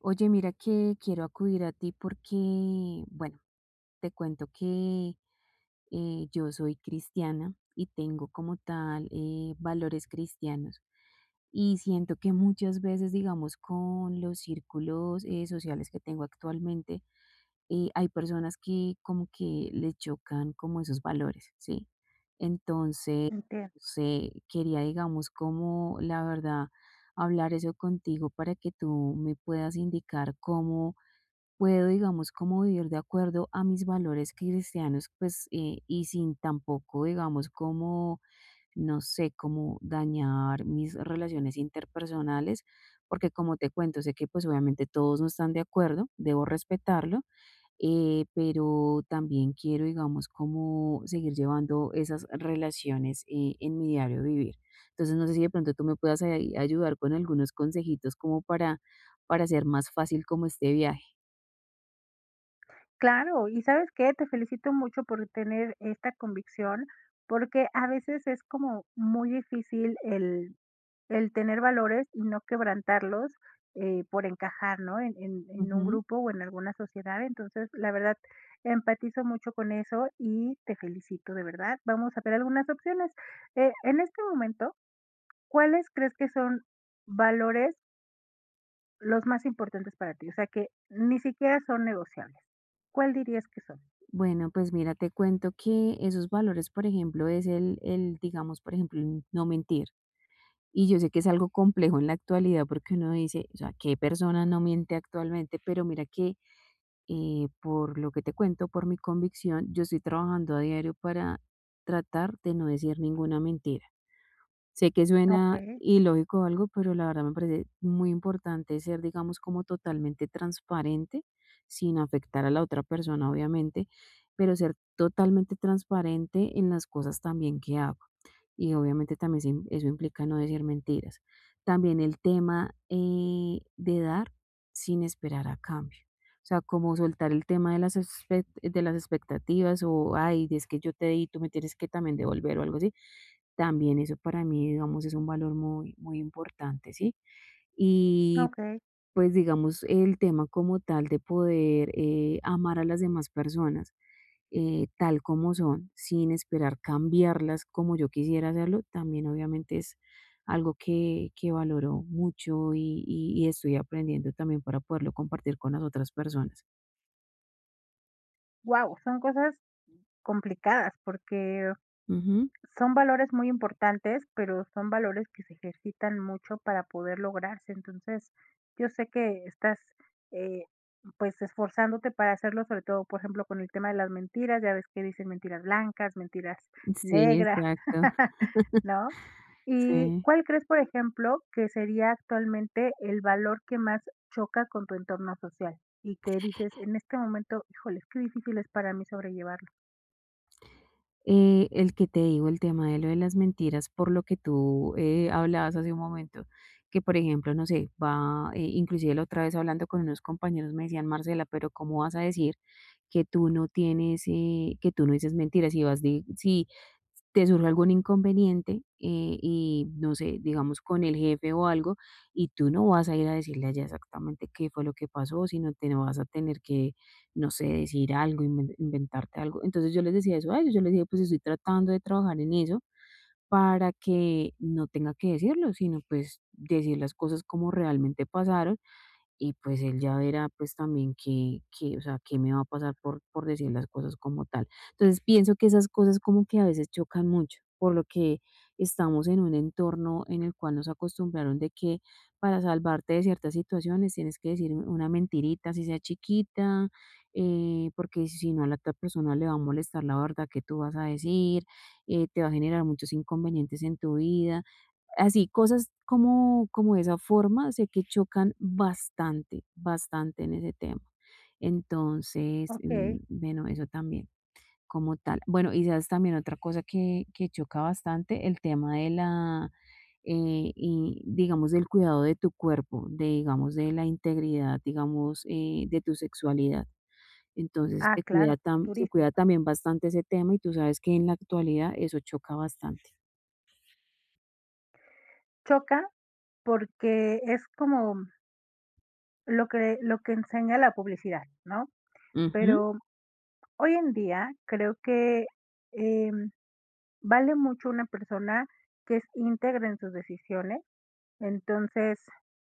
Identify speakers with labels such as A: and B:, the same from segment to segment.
A: Oye, mira que quiero acudir a ti porque, bueno, te cuento que yo soy cristiana y tengo como tal valores cristianos. Y siento que muchas veces, digamos, con los círculos sociales que tengo actualmente, hay personas que como que les chocan como esos valores, ¿sí? Entonces,
B: Entiendo.
A: no sé, quería, digamos, como la verdad, hablar eso contigo para que tú me puedas indicar cómo puedo, digamos, como vivir de acuerdo a mis valores cristianos, pues, y sin tampoco, digamos, como, no sé, como dañar mis relaciones interpersonales, porque como te cuento, sé que pues obviamente todos no están de acuerdo, debo respetarlo, pero también quiero, digamos, como seguir llevando esas relaciones en mi diario vivir. Entonces, no sé si de pronto tú me puedas ahí ayudar con algunos consejitos como para hacer más fácil como este viaje.
B: Claro, ¿y sabes qué? Te felicito mucho por tener esta convicción, porque a veces es como muy difícil el tener valores y no quebrantarlos, por encajar, ¿no? En un
A: Ujú.
B: grupo o en alguna sociedad. Entonces, la verdad, empatizo mucho con eso y te felicito, de verdad. Vamos a ver algunas opciones. En este momento, ¿cuáles crees que son valores los más importantes para ti? O sea, que ni siquiera son negociables. ¿Cuál dirías que son?
A: Bueno, pues mira, te cuento que esos valores, por ejemplo, es el, digamos, por ejemplo, el no mentir. Y yo sé que es algo complejo en la actualidad porque uno dice, o sea, ¿qué persona no miente actualmente? Pero mira que por lo que te cuento, por mi convicción, yo estoy trabajando a diario para tratar de no decir ninguna mentira. Sé que suena
B: Okey,
A: ilógico o algo, pero la verdad me parece muy importante ser, digamos, como totalmente transparente, sin afectar a la otra persona, obviamente, pero ser totalmente transparente en las cosas también que hago y obviamente también eso implica no decir mentiras. También el tema de dar sin esperar a cambio. O sea, como soltar el tema de las, de las expectativas o, ay, es que yo te di, tú me tienes que también devolver o algo así. También eso para mí, digamos, es un valor muy, muy importante, ¿sí? Y
B: okey.
A: pues, digamos, el tema como tal de poder, amar a las demás personas, tal como son, sin esperar cambiarlas como yo quisiera hacerlo, también obviamente es algo que valoro mucho y estoy aprendiendo también para poderlo compartir con las otras personas.
B: Guau, son cosas complicadas porque
A: Ujú.
B: son valores muy importantes, pero son valores que se ejercitan mucho para poder lograrse. Entonces, yo sé que eh, pues, esforzándote para hacerlo, sobre todo, por ejemplo, con el tema de las mentiras, ya ves que dicen mentiras blancas, mentiras
A: Sí,
B: negras.
A: exacto.
B: ¿No? ¿Y
A: Sí.
B: cuál crees, por ejemplo, que sería actualmente el valor que más choca con tu entorno social? Y que dices, en este momento, híjoles, qué difícil es para mí sobrellevarlo.
A: El que te digo, el tema de lo de las mentiras, por lo que tú hablabas hace un momento, que por ejemplo, no sé, va, inclusive la otra vez hablando con unos compañeros me decían, Marcela, pero ¿cómo vas a decir que tú no tienes, que tú no dices mentiras, si vas de si te surge algún inconveniente, y no sé, digamos con el jefe o algo, y tú no vas a ir a decirle allá exactamente qué fue lo que pasó, sino te vas a tener que, no sé, decir algo, inventarte algo? Entonces yo les decía eso a ellos, yo les dije, pues estoy tratando de trabajar en eso para que no tenga que decirlo, sino pues decir las cosas como realmente pasaron y pues él ya verá pues también qué, qué, o sea, qué me va a pasar por decir las cosas como tal. Entonces pienso que esas cosas como que a veces chocan mucho, por lo que estamos en un entorno en el cual nos acostumbraron de que para salvarte de ciertas situaciones tienes que decir una mentirita, si sea chiquita, porque si no a la otra persona le va a molestar la verdad que tú vas a decir, te va a generar muchos inconvenientes en tu vida. Así, cosas como de esa forma, sé que chocan bastante, bastante en ese tema. Entonces,
B: Ok.
A: bueno, eso también, como tal. Bueno, y sabes también otra cosa que choca bastante, el tema de la, y digamos, del cuidado de tu cuerpo, de, digamos, de la integridad, digamos, de tu sexualidad. Entonces,
B: Ah, claro,
A: se
B: durísimo.
A: cuida también bastante ese tema, y tú sabes que en la actualidad eso choca bastante.
B: Choca porque es como lo que enseña la publicidad, ¿no?
A: Ujú,
B: Pero hoy en día creo que, em, vale mucho una persona que es íntegra en sus decisiones. Entonces,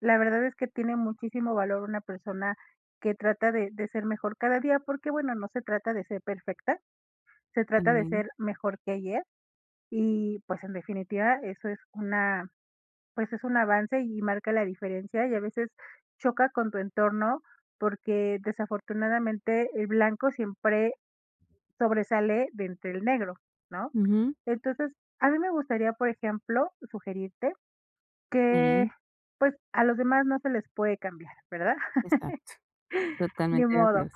B: la verdad es que tiene muchísimo valor una persona que trata de ser mejor cada día, porque, bueno, no se trata de ser perfecta, se trata de
A: eh,
B: ser mejor que ayer y, pues, en definitiva, eso es una pues, es un avance y marca la diferencia, y a veces choca con tu entorno, porque desafortunadamente el blanco siempre sobresale de entre el negro, ¿no?
A: ujú.
B: Entonces, a mí me gustaría, por ejemplo, sugerirte que,
A: Sí,
B: pues, a los demás no se les puede cambiar, ¿verdad?
A: exacto,
B: Ni
A: totalmente de
B: modo,
A: acuerdo.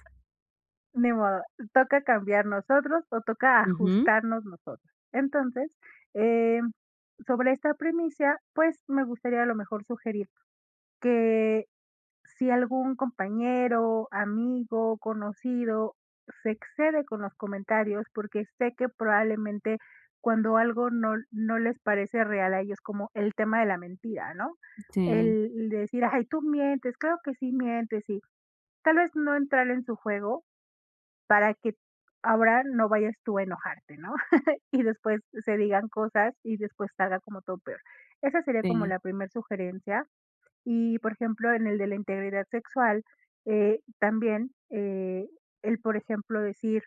B: ni modo. Toca cambiar nosotros o toca
A: Ujú,
B: ajustarnos nosotros. Entonces, eh, sobre esta premisa, pues me gustaría a lo mejor sugerir que si algún compañero, amigo, conocido se excede con los comentarios, porque sé que probablemente cuando algo no les parece real a ellos, como el tema de la mentira, ¿no?
A: sí,
B: El decir, ay, tú mientes, claro que sí mientes, y tal vez no entrar en su juego para que ahora no vayas tú a enojarte, ¿no? Y después se digan cosas y después salga como todo peor. Esa sería como
A: sí,
B: la primera sugerencia. Y, por ejemplo, en el de la integridad sexual, eh, también, eh, por ejemplo, decir,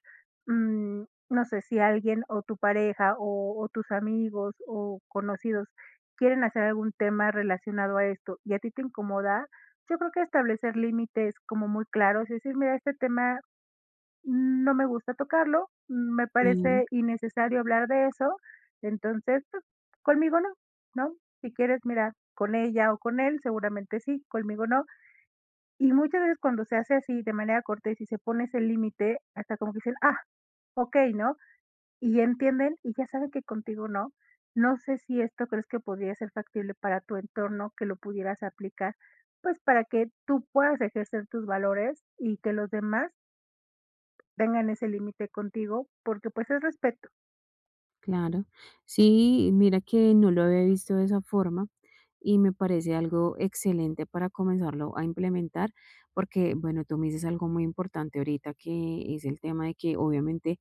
B: mm, no sé, si alguien o tu pareja o tus amigos o conocidos quieren hacer algún tema relacionado a esto y a ti te incomoda, yo creo que establecer límites como muy claros y decir: "Mira, este tema no me gusta tocarlo, me
A: sí,
B: parece innecesario hablar de eso, entonces, pues, conmigo no, ¿no? Si quieres, mira, con ella o con él, seguramente sí, conmigo no." Y muchas veces cuando se hace así de manera cortés y si se pone ese límite, hasta como que dicen: "Ah, ok, ¿no?" Y entienden y ya saben que contigo no. No sé si esto crees que podría ser factible para tu entorno, que lo pudieras aplicar, pues, para que tú puedas ejercer tus valores y que los demás tengan ese límite contigo, porque, pues, es respeto.
A: claro. Sí, mira que no lo había visto de esa forma y me parece algo excelente para comenzarlo a implementar, porque, bueno, tú me dices algo muy importante ahorita, que es el tema de que obviamente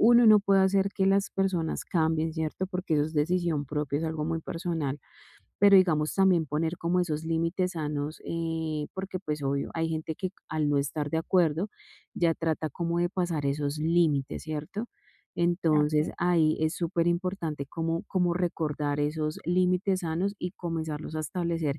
A: uno no puede hacer que las personas cambien, ¿cierto? Porque eso es decisión propia, es algo muy personal. Pero digamos también poner como esos límites sanos, porque pues obvio, hay gente que al no estar de acuerdo ya trata como de pasar esos límites, ¿cierto?
B: Así
A: Entonces
B: es.
A: ahí es súper importante como, como recordar esos límites sanos y comenzarlos a establecer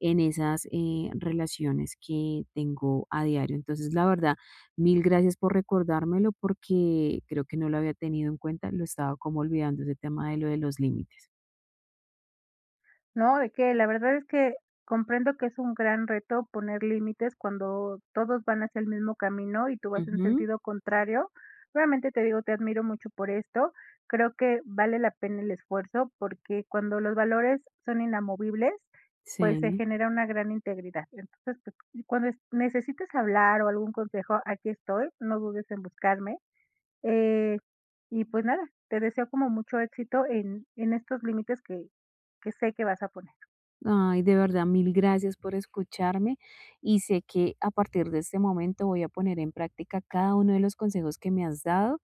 A: en esas relaciones que tengo a diario. Entonces la verdad, mil gracias por recordármelo porque creo que no lo había tenido en cuenta, lo estaba como olvidando ese tema de lo de los límites.
B: ¿No? De que la verdad es que comprendo que es un gran reto poner límites cuando todos van hacia el mismo camino y tú vas en
A: Ujú.
B: sentido contrario. Realmente te digo, te admiro mucho por esto. Creo que vale la pena el esfuerzo porque cuando los valores son inamovibles, pues se
A: Sí.
B: genera una gran integridad. Entonces, pues, cuando es necesites hablar o algún consejo, aquí estoy, no dudes en buscarme. Eh, y pues nada, te deseo como mucho éxito en estos límites que sé que vas a poner.
A: Ay, de verdad, mil gracias por escucharme y sé que a partir de este momento voy a poner en práctica cada uno de los consejos que me has dado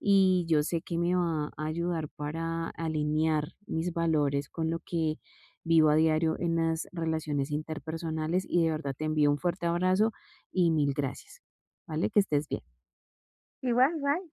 A: y yo sé que me va a ayudar para alinear mis valores con lo que vivo a diario en las relaciones interpersonales y de verdad te envío un fuerte abrazo y mil gracias. ¿Vale? Que estés bien.
B: Igual, bye.